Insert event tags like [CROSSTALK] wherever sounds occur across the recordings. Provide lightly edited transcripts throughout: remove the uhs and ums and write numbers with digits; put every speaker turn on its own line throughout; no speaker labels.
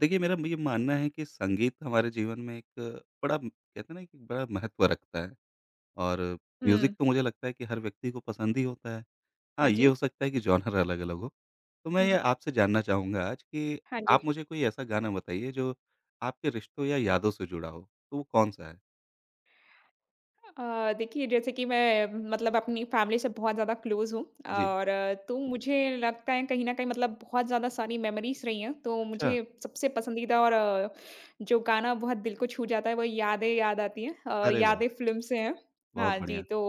देखिए, मेरा ये मानना है कि संगीत हमारे जीवन में एक बड़ा कहते हैं ना कि बड़ा महत्व रखता है और म्यूज़िक
हुँ।
तो मुझे लगता है कि हर व्यक्ति को पसंद ही होता है। हाँ,
हाँ
ये
जी।
हो सकता है कि जॉनर अलग-अलग हो। तो मैं
जी।
ये आपसे जानना चाहूँगा आज कि
हाँ जी।
आप मुझे कोई ऐसा गाना बताइए जो आपके रिश्तों या यादों से जुड़ा हो, तो वो कौन-सा है?
देखिए जैसे कि मैं मतलब अपनी फैमिली से बहुत ज़्यादा क्लोज़ हूँ
जी।
और तो मुझे लगता है कहीं न कहीं मतलब बहुत ज़्यादा सारी मेमोरीज़ रही हैं। तो मुझे
अच्छा,
सबसे पसंदीदा और जो गाना बहुत दिल को छू जाता है वो यादें याद आती हैं।
अरे वाह!
यादें फ़िल्म से हैं।
बहुत
हाँ जी,
बढ़िया।
तो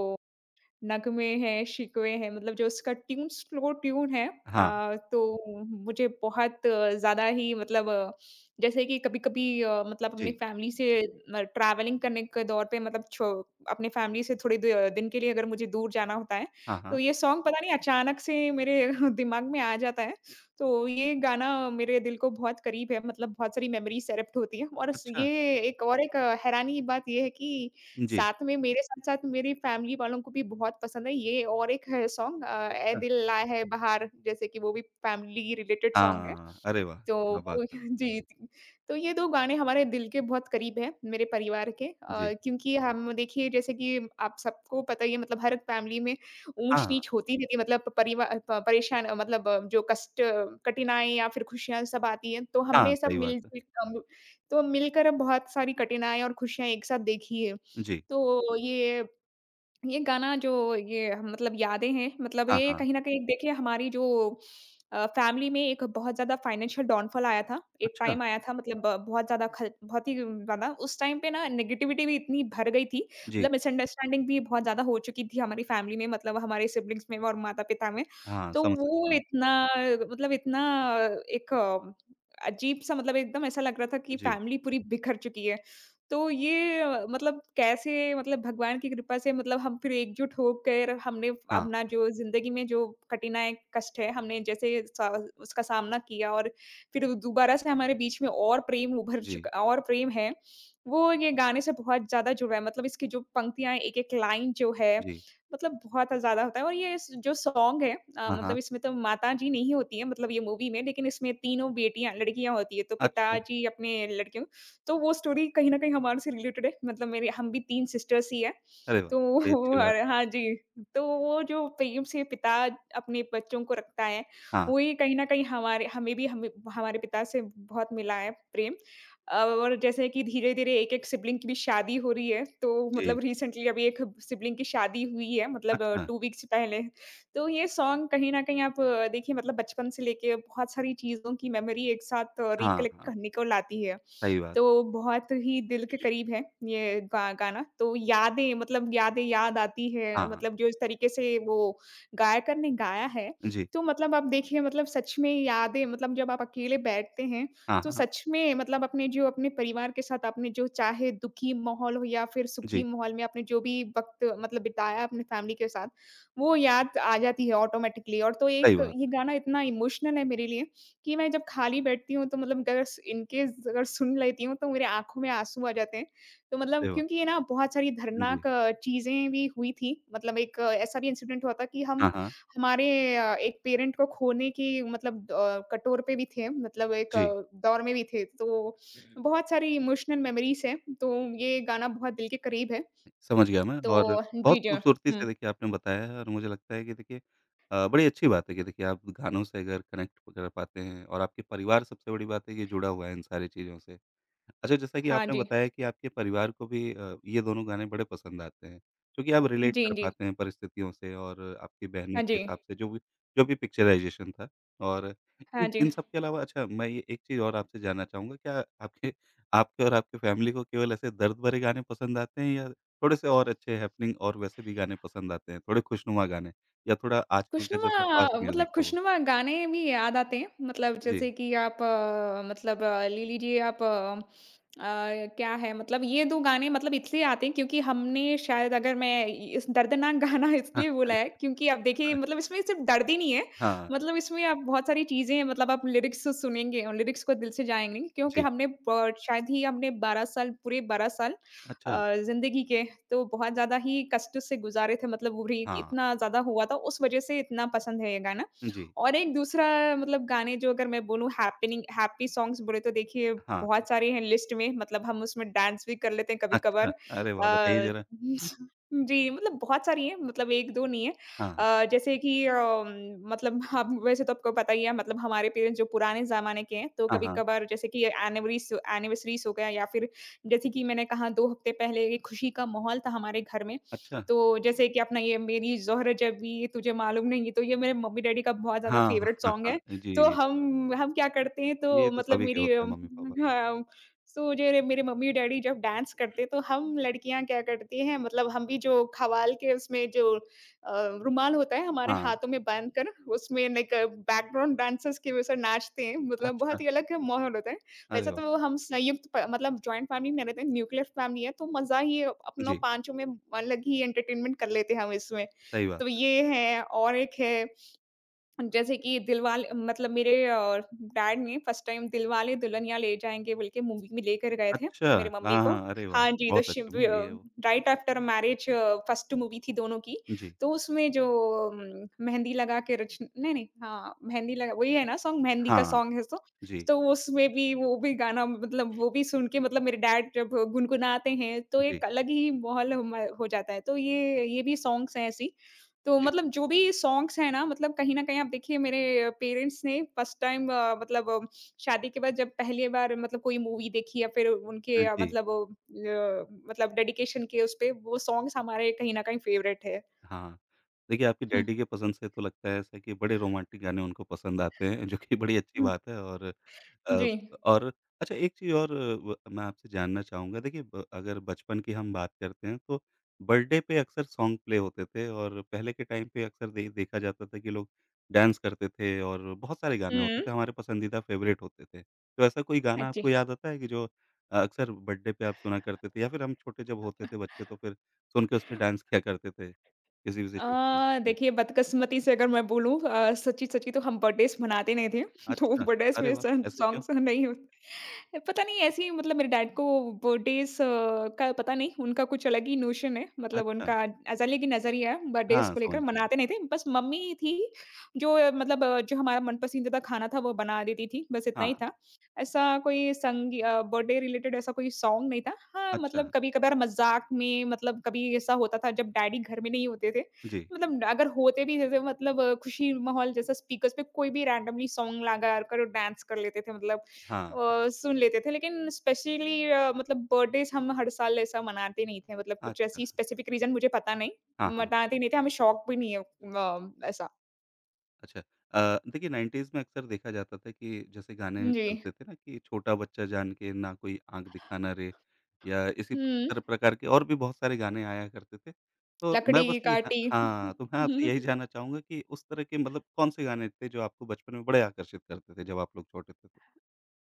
नगमे हैं, शिकवे हैं मतलब जो उसका ट्यून स्लो ट्यून है
हाँ,
तो मुझे बहुत ज़्यादा ही मतलब जैसे कि कभी-कभी मतलब अपनी
जी।
फैमिली से म ट्रैवलिंग करने के दौर पे मतलब छो अपने फैमिली से थोड़ी दिन के लिए अगर मुझे दूर जाना होता है,
हाँ,
तो
हाँ।
ये सॉन्ग पता नहीं अचानक से मेरे [LAUGHS] दिमाग में आ जाता है। तो ये गाना मेरे दिल को बहुत करीब है मतलब बहुत सारी मेमोरीज़ एरप्ट होती है और स
अच्छा,
ये एक और एक हैरानी की बात ये है कि
जी।
साथ में मेरे साथ-साथ मेरी फैमिली वालों को भी बहुत पसंद है ये और एक है सॉन्ग ए
अच्छा।
दिल आया है बहार जैसे कि वो भी फैमिली रिलेटेड सॉन्ग है।
हाँ, अरे वाह!
तो
क्या बात
[LAUGHS]
है।
जी, जी। तो ये 2 गाने हमारे दिल के बहुत करीब हैं, मेरे परिवार के
जी।
क्योंकि हम देखिए जैसे कि आप सबको पता ही है मतलब हर फैमिली में
हाँ,
ऊँच-नीच होती रहती है मतलब परिवा प परेशान मतलब जो कष्ट कठिनाई या फिर खुशियाँ सब आती हैं, तो
हाँ,
हमने सब
सही बात है।
मिल-जुल कम तो मिलकर अब बहुत सारी कठिनाई और खुशियाँ एक साथ देखी है।
जी।
तो ये गाना जो मतलब यादें हैं, मतलब
हाँ,
ये
हाँ।
कहीं न कहीं देखिए हमारी जो फैमिली में एक बहुत ज़्यादा फाइनेंशियल डाउनफॉल आया था। एक
अच्छा,
टाइम आया था मतलब बहुत ज़्यादा ख बहुत ही ज़्यादा उस टाइम पे ना नेगेटिविटी भी इतनी भर गई थी,
जी।
मतलब मिसअंडरस्टैंडिंग भी बहुत ज़्यादा हो चुकी थी हमारी फैमिली में मतलब हमारे सिब्लिंग्स में और माता-पिता में।
हाँ,
तो
समझ
वो
सकता हूँ।
इतना मतलब इतना एक अजीब-सा मतलब एकदम ऐसा लग रहा था कि
जी,
फैमिली पूरी बिखर चुकी है। तो ये मतलब कैसे मतलब भगवान की कृपा से मतलब हम फिर एकजुट होकर हमने
हाँ,
अपना जो ज़िंदगी में जो कठिनाई कष्ट है, हमने जैसे सा उसका सामना किया और फिर दोबारा से हमारे बीच में और प्रेम उभर
जी,
चुका और प्रेम है, वो ये गाने से बहुत ज़्यादा जुड़ा है। मतलब इसकी जो पंक्तियाँ एक-एक लाइन जो है,
जी।
मतलब बहुत ज़्यादा होता है और ये स जो सॉन्ग है
हाँ,
मतलब
हाँ।
इसमें तो माताजी नहीं होती हैं मतलब ये मूवी में, लेकिन इसमें तीनों बेटियाँ लड़कियाँ होती हैं, तो
अच्छा,
पिताजी अपने लड़कियों तो वो स्टोरी कहीं न कहीं हमारे से रिलेटेड है, मतलब मेरे हम भी 3 सिस्टर्स ही हैं।
अरे वाह!
तो
बड़ी
[LAUGHS]
अच्छी
और
बात।
हाँ जी, तो वो जो प्रेम से पिता अपने बच्चों को रखता है,
हाँ,
वही कहीं न कहीं हमारे हमें भी हमें हमारे पिता से बहुत मिला है प्रेम। और जैसे कि धीरे-धीरे एक-एक सिबलिंग की भी शादी हो रही है, तो
जी।
मतलब रिसेंटली अभी एक सिबलिंग की शादी हुई है मतलब
अच्छा,
2 वीक्स पहले। तो ये सॉन्ग कहीं न कहीं आप देखिए मतलब बचपन से लेके बहुत सारी चीज़ों की मेमोरी एक साथ
हाँ,
रिकलेक्ट
हाँ,
करने को लाती है।
सही बात।
तो बहुत ही दिल के करीब है ये गा गाना। तो यादें मतलब यादें याद आती है
हाँ,
मतलब जो इस तरीके से वो गायकर ने गाया है,
जी।
तो मतलब आप देखिए मतलब सच में यादें मतलब जब आप अकेले बैठते हैं,
हाँ,
तो
हाँ,
सच में मतलब अपने जो अपने परिवार के साथ आपने जो चाहे दुखी माहौल हो या फिर सुखी
जी,
माहौल में आपने जो भी वक़्त मतलब बिताया अपने फैमिली के साथ, वो याद आ जाती है ऑटोमैटिकली और तो
सही
एक
बात।
ये गाना इतना इमोशनल है मेरे लिए कि मैं जब खाली बैठती हूँ तो मतलब अगर स इन केस अगर सुन लेती हूँ तो मेरी आँखों में आँसू आ जाते हैं। तो मतलब
अरे वाह!
क्योंकि ये ना बहुत सारी दर्दनाक
जी।
चीज़ें भी हुई थी। मतलब एक ऐसा भी इंसिडेंट हुआ था कि हम
हाँ, हाँ,
हमारे एक पेरेंट को खोने की मतलब कटोर पे भी थे मतलब एक
जी।
दौर में भी थे। तो बहुत सारी इमोशनल मेमोरीज़ हैं। तो ये गाना बहुत दिल के करीब है।
समझ गया मैं
तो
और
जी,
बहुत
जी।
खूबसूरती
हुँ।
से देखिए आपने बताया है और मुझे लगता है कि देखिए बड़ी अच्छी बात है कि देखिए आप गानों से अगर कनेक्ट कर पाते हैं और आपके परिवार सबसे बड़ी बात है कि जुड़ा हुआ है इन सारी चीज़ों से। अच्छा जैसा कि
हाँ
आपने
जी।
बताया कि आपके परिवार को भी ये दोनों गाने बड़े पसंद आते हैं, क्योंकि आप रिलेट
जी,
कर
जी।
पाते हैं परिस्थितियों से और आपकी बहनें
हाँ
के
जी।
हिसाब से जो भी पिक्चराइज़ेशन था और
हाँ
इन
जी।
इन सब के अलावा अच्छा मैं ये एक चीज़ और आपसे जानना चाहूँगा क्या आपके आपके और आपकी फैमिली को केवल ऐसे दर्द भरे गाने पसंद आते हैं या थोड़े-से और अच्छे हैपनिंग और वैसे भी गाने पसंद आते हैं, थोड़े खुशनुमा गाने या थोड़ा आजकल का
खुशनुमा
जैसा फ़ास्ट
मतलब
म्यूज़िक है वो।
खुशनुमा गाने भी याद आते हैं, मतलब जैसे
जी।
कि आप मतलब ले लीजिए आप अ, क्या है मतलब ये 2 गाने मतलब इसलिए आते हैं क्योंकि हमने शायद अगर मैं इ इस दर्दनाक गाना [LAUGHS]
हाँ,
इसलिए बोला है क्योंकि आप देखिए
अ,
मतलब इसमें सिर्फ़ दर्द ही नहीं है,
हाँ,
मतलब इसमें आप बहुत सारी चीज़ें मतलब आप लिरिक्स सुनेंगे और लिरिक्स को दिल से जाएँगे क्योंकि
जी।
हमने ब शायद ही हमने 12 साल पूरे 12 साल
अच्छा,
ज़िंदगी के, तो बहुत ज़्यादा ही कष्ट से गुज़ारे थे मतलब वो री
हाँ,
इतना ज़्यादा हुआ था, उस वज़ह से इतना पसंद है ये गाना।
जी,
और एक दूसरा मतलब गाने जो अगर मैं बोलूँ हैपनिंग हैप्पी सॉन्ग्स बोले तो देखिए
हाँ,
बहुत सारे हैं लिस्ट में, मतलब हम उसमें डांस भी कर लेते हैं
अच्छा।
कभी-कभार।
अरे वाह! बताइए
अ,
ज़रा।
[LAUGHS] जी, मतलब बहुत सारी हैं, मतलब 1-2 नहीं है।
हाँ,
जैसे कि मतलब आप वैसे तो आपको पता ही है मतलब हमारे पेरेंट्स जो पुराने ज़माने के हैं, तो
हाँ, हाँ,
कभी-कभार जैसे कि एनिवरीस एनिवर्सरीज़ हो गया या फिर जैसे कि मैंने कहा 2 हफ्ते पहले एक खुशी का माहौल था हमारे घर में,
अच्छा।
तो जैसे कि अपना ये मेरी ज़ोहरा जबी तुझे मालूम नहीं, तो ये मेरे मम्मी-डैडी का बहुत ज़्यादा
हाँ,
फ़ेवरेट
हाँ,
सॉन्ग
हाँ,
है। तो
जी।
हम क्या करते हैं
ये
तो
तो
मतलब
सभी के
मेरी
होते हैं मम्मी-पापा के।
हाँ, तो मेरे मम्मी-डैडी जब डांस करते हैं, तो हम लड़कियाँ क्या करती हैं मतलब हम भी जो ख़वाल के उसमें जो रुमाल होता है हमारे
हाँ,
हाथों में बाँध कर उसमें लाइक बैकग्राउंड डांसर्स की वजह से नाचते हैं, मतलब बहुत
अच्छा,
ही अलग माहौल होता है।
अरे
वैसे
वाह!
तो हम संयुक्त प मतलब जॉइंट फैमिली में रहते हैं, न्यूक्लियर फैमिली है, तो मज़ा ही अपनों
जी,
पाँचों में अलग ही एंटरटेनमेंट कर लेते हैं हम इसमें।
सही बात
तो
है।
ये है और एक है जैसे कि दिलवाले मतलब मेरे डैड ने फर्स्ट टाइम दिलवाले दुल्हनिया ले जाएँगे बोल के मूवी में लेकर गए थे,
अच्छा,
मेरी मम्मी
हाँ,
को।
हाँ, अरे वाह!
हाँ जी, तो
बहुत अच्छी मूवी है वो।
Right after marriage first movie थी दोनों की।
जी,
तो उसमें जो उम, मेहंदी लगा के रच नहीं, नहीं हाँ, मेहंदी लगा वही है ना सॉन्ग? मेहंदी का
हाँ,
सॉन्ग है सो
जी,
तो उसमें भी वो भी गाना मतलब वो भी सुन के मतलब मेरे डैड जब गुनगुनाते हैं, तो एक
जी,
अलग ही माहौल म हो जाता है। तो ये भी सॉन्ग्स हैं ऐसी तो
जी,
मतलब जो भी सॉन्ग्स हैं ना मतलब कहीं न कहीं आप देखिए मेरे पेरेंट्स ने फर्स्ट टाइम मतलब शादी के बाद जब पहली बार मतलब कोई मूवी देखी या फिर उनके
जी।
मतलब मतलब डेडिकेशन के उस पे वो सॉन्ग्स हमारे कहीं न कहीं फ़ेवरेट है।
हाँ। देखिए, आपके
हुँ,
डैडी के पसंद से तो लगता है ऐसा कि बड़े रोमांटिक गाने उनको पसंद आते हैं, जो कि बड़ी अच्छी
हुँ,
बात है और अ,
जी।
और अच्छा एक चीज़ और व मैं आपसे जानना चाहूँगा देखिए ब अगर बचपन की हम बात करते हैं तो बर्थडे पे अक्सर सॉन्ग प्ले होते थे और पहले के टाइम पे अक्सर दे देखा जाता था कि लोग डांस करते थे और बहुत सारे गाने होते
हुँ,
थे, हमारे पसंदीदा फ़ेवरेट होते थे। तो ऐसा कोई गाना
अच्छी।
आपको याद आता है कि जो अक्सर बर्थडे पे आप सुना करते थे या फिर हम छोटे जब होते थे बच्चे तो फिर सुन के उसमें डांस किया करते थे? किसी भी सिचुएशन में।
अ,
जी।
देखिए बदकिस्मती से अगर मैं बोलूँ सच्ची-सच्ची तो हम बर्थडेज़ मनाते नहीं थे, [LAUGHS] तो
अच्छा,
बर्थडेज़
अरे
में
वाह!
सन
ऐसे क्यों?
सॉन्ग्स नहीं होते। पता नहीं ऐसे ही मतलब मेरे डैड को बर्थडेज़ का पता नहीं, उनका कुछ अलग ही नोशन है, मतलब
अच्छा,
उनका एज़ अलग ही नज़रिया है बर्थडेज़
हाँ,
को लेकर,
समझ गया मैं।
मनाते नहीं थे। बस मम्मी थी जो मतलब जो हमारा मनपसंदीदा खाना था वो बना देती थी, बस इतना
हाँ,
ही था। ऐसा कोई बर्थडे रिलेटेड ऐसा कोई सॉन्ग नहीं था। हाँ,
अच्छा,
मतलब कभी-कभार मज़ाक में मतलब कभी ऐसा होता था जब डैडी घर में नहीं होते थे,
जी,
मतलब अगर होते भी जैसे मतलब खुशी माहौल जैसा स्पीकर्स पे कोई भी रैंडमली सॉन्ग लगा कर डांस कर लेते थे मतलब
हाँ,
सुन लेते थे। लेकिन स्पेशली मतलब बर्थडेज़ हम हर साल ऐसा मनाते नहीं थे मतलब कुछ
अच्छा,
ऐसी स्पेसिफिक रीज़न मुझे पता नहीं,
हाँ, हाँ,
मनाते नहीं थे, हमें शौक भी नहीं है ऐसा।
अच्छा। देखिए 90s में अक्सर देखा जाता था कि जैसे गाने
जी।
चलते थे ना कि छोटा बच्चा जान के ना कोई आँख दिखाना रे या इसी
हुँ,
तर प्रकार के और भी बहुत सारे गाने आया करते थे। तो मैं
लकड़ी,
बस ये ह
काटी।
हाँ, तो मैं आपसे यही
[LAUGHS]
जानना चाहूँगा कि उस तरह के मतलब कौन-से गाने थे जो आपको बचपन में बड़े आकर्षित करते थे जब आप लोग छोटे थे तो?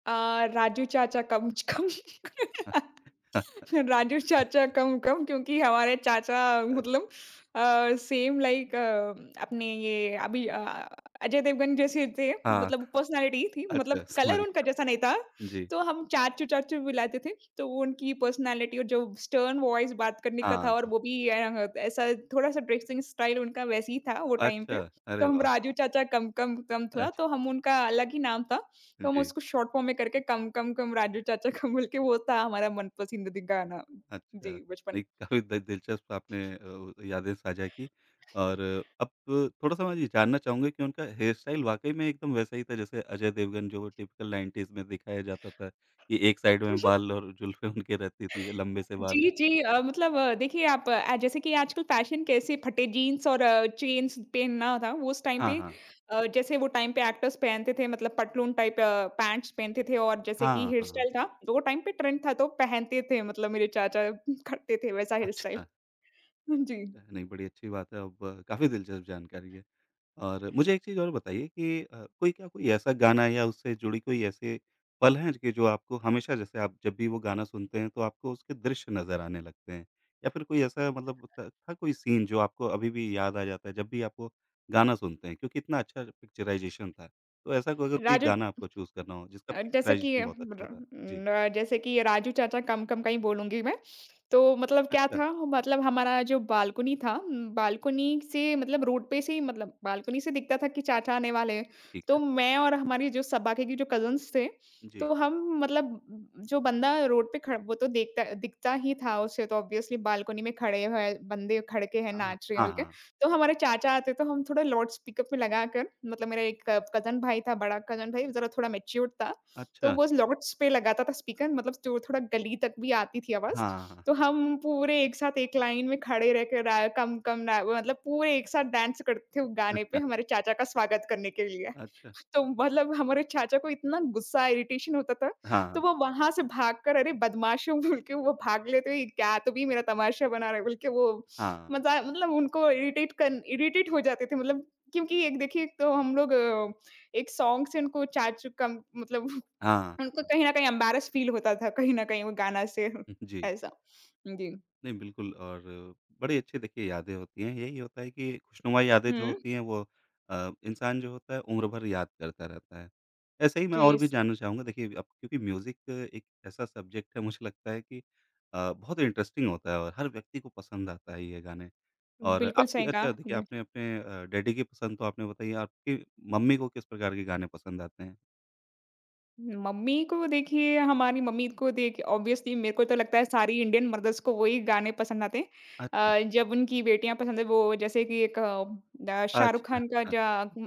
अ, राजू चाचा कम कम [LAUGHS] राजू चाचा
[LAUGHS]
कम कम क्योंकि हमारे चाचा
अच्छा,
मतलब सेम लाइक अपने ये अजय देवगन जैसे थे
हाँ।
मतलब पर्सनालिटी थी
अच्छा,
मतलब
समझ
कलर उनका
गया।
जैसा नहीं था
जी,
तो हम चाचू चाचू बुलाते थे तो वो उनकी पर्सनालिटी और जो स्टर्न वॉइस बात करने का था
हाँ,
और
हाँ।
वो भी ऐसा थोड़ा सा ड्रेसिंग स्टाइल उनका वैसे ही था वो टाइम पे
अच्छा,
तो
अरे
हम
वाह!
राजू चाचा कम कम कम था
अच्छ
तो हम उनका अलग ही नाम था तो हम
जी,
उसको शॉर्ट फॉर्म में करके कम कम कम राजू चाचा का बोल के वो था हमारा मनपसंदीदा गाना।
अच्छा।
जी, बचपन।
नहीं, काफ़ी दि दिलचस्प आपने यादें साझा की और अब थोड़ा-सा मैं ये जानना चाहूँगा कि उनका हेयर स्टाइल वाक़ई में एकदम वैसा ही था, जैसे अजय देवगन जो टिपिकल 90s में दिखाया जाता था कि एक साइड में
[LAUGHS]
बाल और जुल्फ़ें उनके रहती थी, लंबे से बाल।
जी, जी मतलब देखिए आप जैसे कि आजकल फैशन कैसे फटे जीन्स और चेन्स पहनना था, वो उस टाइम
हाँ,
पे
हाँ।
जैसे वो टाइम पे एक्टर्स पहनते थे मतलब पतलून टाइप पैंट्स पहनते थे और जैसे कि
हाँ,
हेयर
हाँ। हाँ।
स्टाइल था, वो टाइम पे ट्रेंड था तो पहनते थे मतलब मेरे चाचा [LAUGHS] करते थे वैसा हेयर स्टाइल।
अच्छा,
[LAUGHS] जी।
नहीं, बड़ी अच्छी बात है। अब काफ़ी दिलचस्प जानकारी है। और मुझे एक चीज़ और बताइए कि कोई क्या कोई ऐसा गाना या उससे जुड़ी कोई ऐसे पल हैं कि जो आपको हमेशा जैसे आप जब भी वो गाना सुनते हैं तो आपको उसके दृश्य नज़र आने लगते हैं? या फिर कोई ऐसा मतलब था कोई सीन जो आपको अभी भी याद आ जाता है जब भी आप वो गाना सुनते हैं क्योंकि इतना अच्छा पिक्चराइज़ेशन था। तो ऐसा कोई अगर कोई
राजू
गाना आपको चूज़ करना हो जिसका
अ, जैसे कि
पिक्चराइज़ेशन
अ,
बहुत अच्छा
र
था? जी।
न जैसे कि राजू चाचा कम कम का ही बोलूँगी मैं। तो मतलब क्या
अच्छा,
था? मतलब हमारा जो बालकनी था, बालकनी से मतलब रोड पे से ही, मतलब बालकनी से दिखता था कि चाचा आने वाले हैं।
ठीक
तो
है।
मैं और हमारी जो स बाकी के जो कज़िन्स थे,
जी।
तो हम, मतलब ब जो बंदा रोड पे खड़ा, वो तो देखता दिखता ही था उसे, तो ऑब्वियसली बालकनी में खड़े हैं, बंदे खड़ के हैं,
हाँ,
नाच रहे हैं
हाँ,
बोल के।
हाँ।
तो हमारे चाचा आते तो हम थोड़ा लाउड स्पीकर पे लगाकर, मतलब मेरा एक कज़िन भाई था, बड़ा कज़िन भाई ज़रा थोड़ा मैच्योर्ड था। तो
अच्छा।
वो लॉट्स पे लगा था स्पीकर, मतलब जो थोड़ा गली तक भी आती थी आवाज़।
हाँ, हाँ।
तो हम पूरे एक साथ एक लाइन में खड़े रह के, रा कम कम रा मतलब पूरे एक साथ डांस करते थे वो गाने पे
[LAUGHS]
हमारे चाचा का स्वागत करने के लिए।
अच्छा।
तो मतलब हमारे चाचा को इतना गुस्सा, इरिटेशन होता था, तो
हाँ,
वो वहाँ से भागकर अरे बदमाश हो [LAUGHS] बोल के वो भाग लेते हुए, क्या तो भी मेरा तमाशा बना रहा है बोल के, वो
हाँ,
मज़ा, मतलब उनको इरिटेट हो जाते थे, मतलब क्योंकि एक देखिए, एक तो हम लोग एक सॉन्ग से उनको चाचू का मतलब
हाँ।
उनको कहीं न कहीं एम्बैरेस फ़ील होता था, कहीं न कहीं वो गाना से
[LAUGHS] जी।
[LAUGHS] ऐसा। जी।
नहीं, बिल्कुल और बड़ी अच्छी देखिए यादें होती हैं। यही होता है कि खुशनुमा यादें जो
हुँ,
होती हैं वो इंसान जो होता है उम्र भर याद करता रहता है। ऐसे ही मैं
जी,
और भी
स
जानना चाहूँगा देखिए अब क्योंकि म्यूज़िक एक ऐसा सब्जेक्ट है मुझे लगता है कि बहुत इंटरेस्टिंग होता है और हर व्यक्ति को पसंद आता है ये गाने। और
बिल्कुल
आपकी
सही कहा।
अच्छा देखिए आपने अपने डैडी की पसंद तो आपने बताई आपकी मम्मी को किस प्रकार के गाने पसंद आते हैं?
मम्मी को देखिए, हमारी मम्मी को देखिए ऑब्वियसली मेरे को तो लगता है सारी इंडियन मदर्स को वही गाने पसंद आते हैं।
अच्छा,
जब उनकी बेटियाँ पसंद है वो, जैसे कि एक शाहरुख
अच्छा,
खान का जा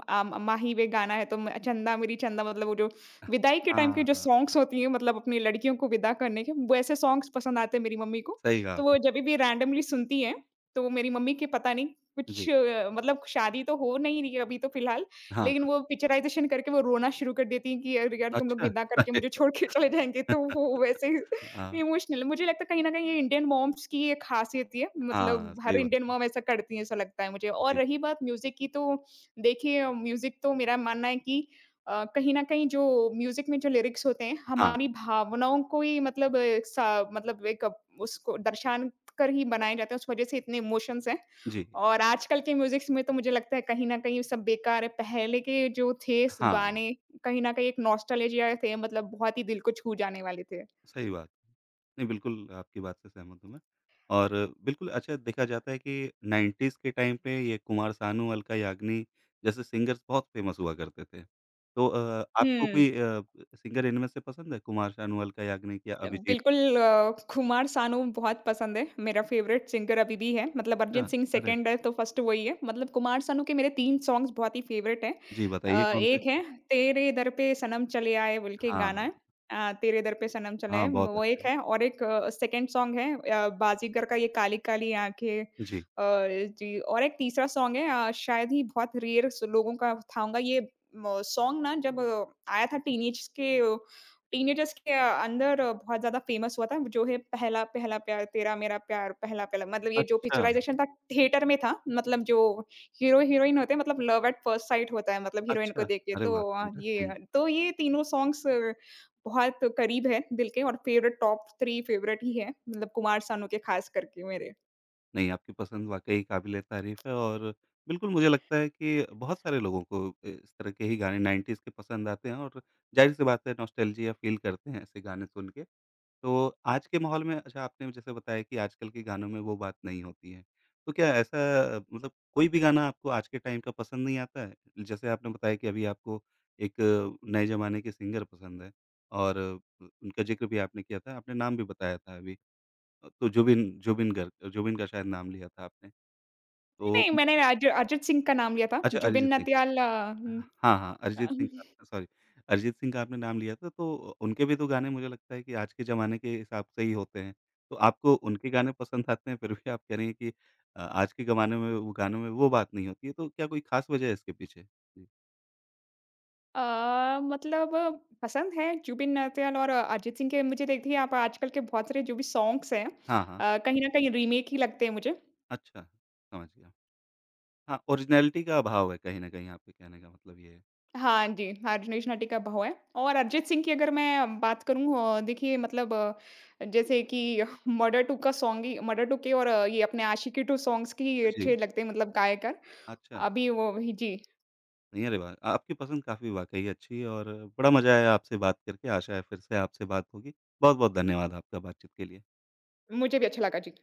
अ, माही वे गाना है, तो म चंदा मेरी चंदा, मतलब वो जो विदाई के टाइम के
हाँ,
जो
हाँ,
सॉन्ग्स होती हैं, मतलब अपनी लड़कियों को विदा करने के, वैसे सॉन्ग्स पसंद आते हैं मेरी मम्मी को।
सही कहा
तो वो
आपने।
जभी भी रैंडमली सुनती हैं, तो मेरी मम्मी के पता नहीं
जी,
कुछ, मतलब शादी तो हो नहीं रही है अभी तो फ़िलहाल।
हाँ,
लेकिन वो पिक्चराइज़ेशन करके वो रोना शुरू कर देती हैं कि अरे यार, तुम लोग
अच्छा,
विदा करके
अरे!
मुझे छोड़ के चले जाएँगे, तो वो वैसे
वाह, हाँ।
इमोशनल, मुझे लगता है कहीं न कहीं ये इंडियन मॉम्स की ये ख़ासियत ही है,
हाँ,
मतलब हर
सही बात
इंडियन
है।
मॉम ऐसा करती है, ऐसा लगता है मुझे। और
जी,
रही बात म्यूज़िक की, तो देखिए म्यूज़िक तो मेरा मानना है कि कहीं न कहीं जो म्यूज़िक में जो लिरिक्स होते हैं,
हाँ,
हमारी भावनाओं को ही, मतलब अ, सा मतलब एक उसको दर्शान कर ही बनाए जाते हैं, उस वज़ह से इतने इमोशंस हैं।
जी,
और आजकल के म्यूज़िक्स में तो मुझे लगता है कहीं न कहीं सब बेकार है। पहले के जो थे स
हाँ,
गाने, कहीं न कहीं एक नॉस्टैल्जिया थे, मतलब बहुत ही दिल को छू जाने वाले थे।
सही बात। है। नहीं, बिल्कुल आपकी बात से सहमत हूँ मैं और बिल्कुल अच्छा देखा जाता है कि 90s के टाइम पे ये कुमार सानू, अलका याग्निक जैसे सिंगर्स बहुत फ़ेमस हुआ करते थे। तो आपको
हुँ।
कोई सिंगर इनमें से पसंद है कुमार सानू, अलका याग्निक या अभिजीत?
बिल्कुल कुमार सानू बहुत पसंद है। मेरा फ़ेवरेट सिंगर अभी भी है। मतलब अरिजीत
अच्छा,
सिंह
अरे!
सेकंड है, तो फर्स्ट वही है। मतलब कुमार सानू के मेरे 3 सॉन्ग्स बहुत ही फ़ेवरेट हैं।
जी, बताइए कौन से?
एक है, तेरे दर पे सनम चले आए बोल के गाना
हाँ,
है। तेरे दर पे सनम चले आए,
हाँ, बहुत
वो एक
अच्छे।
है। और एक सेकंड सॉन्ग है बाजीगर का ये काली काली आँखें,
जी,
जी। और एक तीसरा सॉन्ग है, शायद ही बहुत रेयर स लोगों का था होगा ये, म सॉन्ग ना, जब आया था टीनेज के टीनेजर्स के अंदर बहुत ज़्यादा फेमस हुआ था, जो है पहला पहला प्यार तेरा मेरा प्यार पहला पहला, मतलब ये जो
अच्छा,
पिक्चराइज़ेशन था थिएटर में था। मतलब जो हीरो-हीरोइन होते हैं, मतलब लव एट फर्स्ट साइट होता है, मतलब हीरोइन को
अच्छा,
देख के।
अरे
तो
वाह! इंटरेस्टिंग।
ये तीनों सॉन्ग्स बहुत करीब है दिल के, और फेवरेट टॉप 3 फेवरेट ही है। मतलब कुमार सानू के खास करके मेरे।
नहीं, आपकी पसंद वाक़ई काबिल-ए-तारीफ़ है और बिल्कुल मुझे लगता है कि बहुत सारे लोगों को इस तरह के ही गाने 90s के पसंद आते हैं और ज़ाहिर-सी बात है नॉस्टैल्जिया फ़ील करते हैं ऐसे गाने सुन के। तो आज के माहौल में अच्छा आपने जैसे बताया कि आजकल के गानों में वो बात नहीं होती है। तो क्या ऐसा मतलब कोई भी गाना आपको आज के टाइम का पसंद नहीं आता है? जैसे आपने बताया कि अभी आपको एक नए ज़माने के सिंगर पसंद है और उनका ज़िक्र भी आपने किया था, आपने नाम भी बताया था अभी। तो जुबिन जुबिन गर्ग जुबिन का शायद नाम लिया था आपने।
नहीं,
तो
नहीं, मैंने अज अरिजीत सिंह का नाम लिया था।
अच्छा अरिजीत
जुबिन
सिंह का।
नटियाल
हाँ, हाँ, अरिजीत सिंह
हुँ।
का सॉरी अरिजीत सिंह का आपने नाम लिया था तो उनके भी तो गाने मुझे लगता है कि आज के ज़माने के हिसाब से ही होते हैं। तो आपको उनके गाने पसंद आते हैं फिर भी आप कह रही हैं कि आज के ज़माने में वो गानों में वो बात नहीं होती है, तो क्या कोई ख़ास वजह है इसके पीछे? जी।
मतलब पसंद है जुबिन नौटियाल और अरिजीत सिंह के मुझे। देखिए, आप आजकल के बहुत सारे जो भी सॉन्ग्स हैं,
हाँ, हाँ।
कहीं न कहीं रीमेक ही लगते हैं मुझे।
अच्छा, समझ गया। हाँ, ओरिजिनैलिटी का अभाव है कहीं न कहीं आपके कहने का मतलब ये है।
हाँ जी, हरीश नटी का बहू है, और अरिजीत सिंह की अगर मैं बात करूँ, देखिए मतलब जैसे कि मर्डर 2 का सॉन्ग ही, मर्डर 2 के और ये अपने आशिकी 2 सॉन्ग्स की अच्छे
जी,
लगते हैं, मतलब गायकर।
अच्छा।
अभी वो ही। जी,
नहीं, अरे वाह! आपकी पसंद काफ़ी वाक़ई अच्छी है और बड़ा मज़ा आया आपसे बात करके। आशा है फिर से आपसे बात होगी। बहुत-बहुत धन्यवाद आपका बातचीत के लिए।
मुझे भी अच्छा लगा। जी।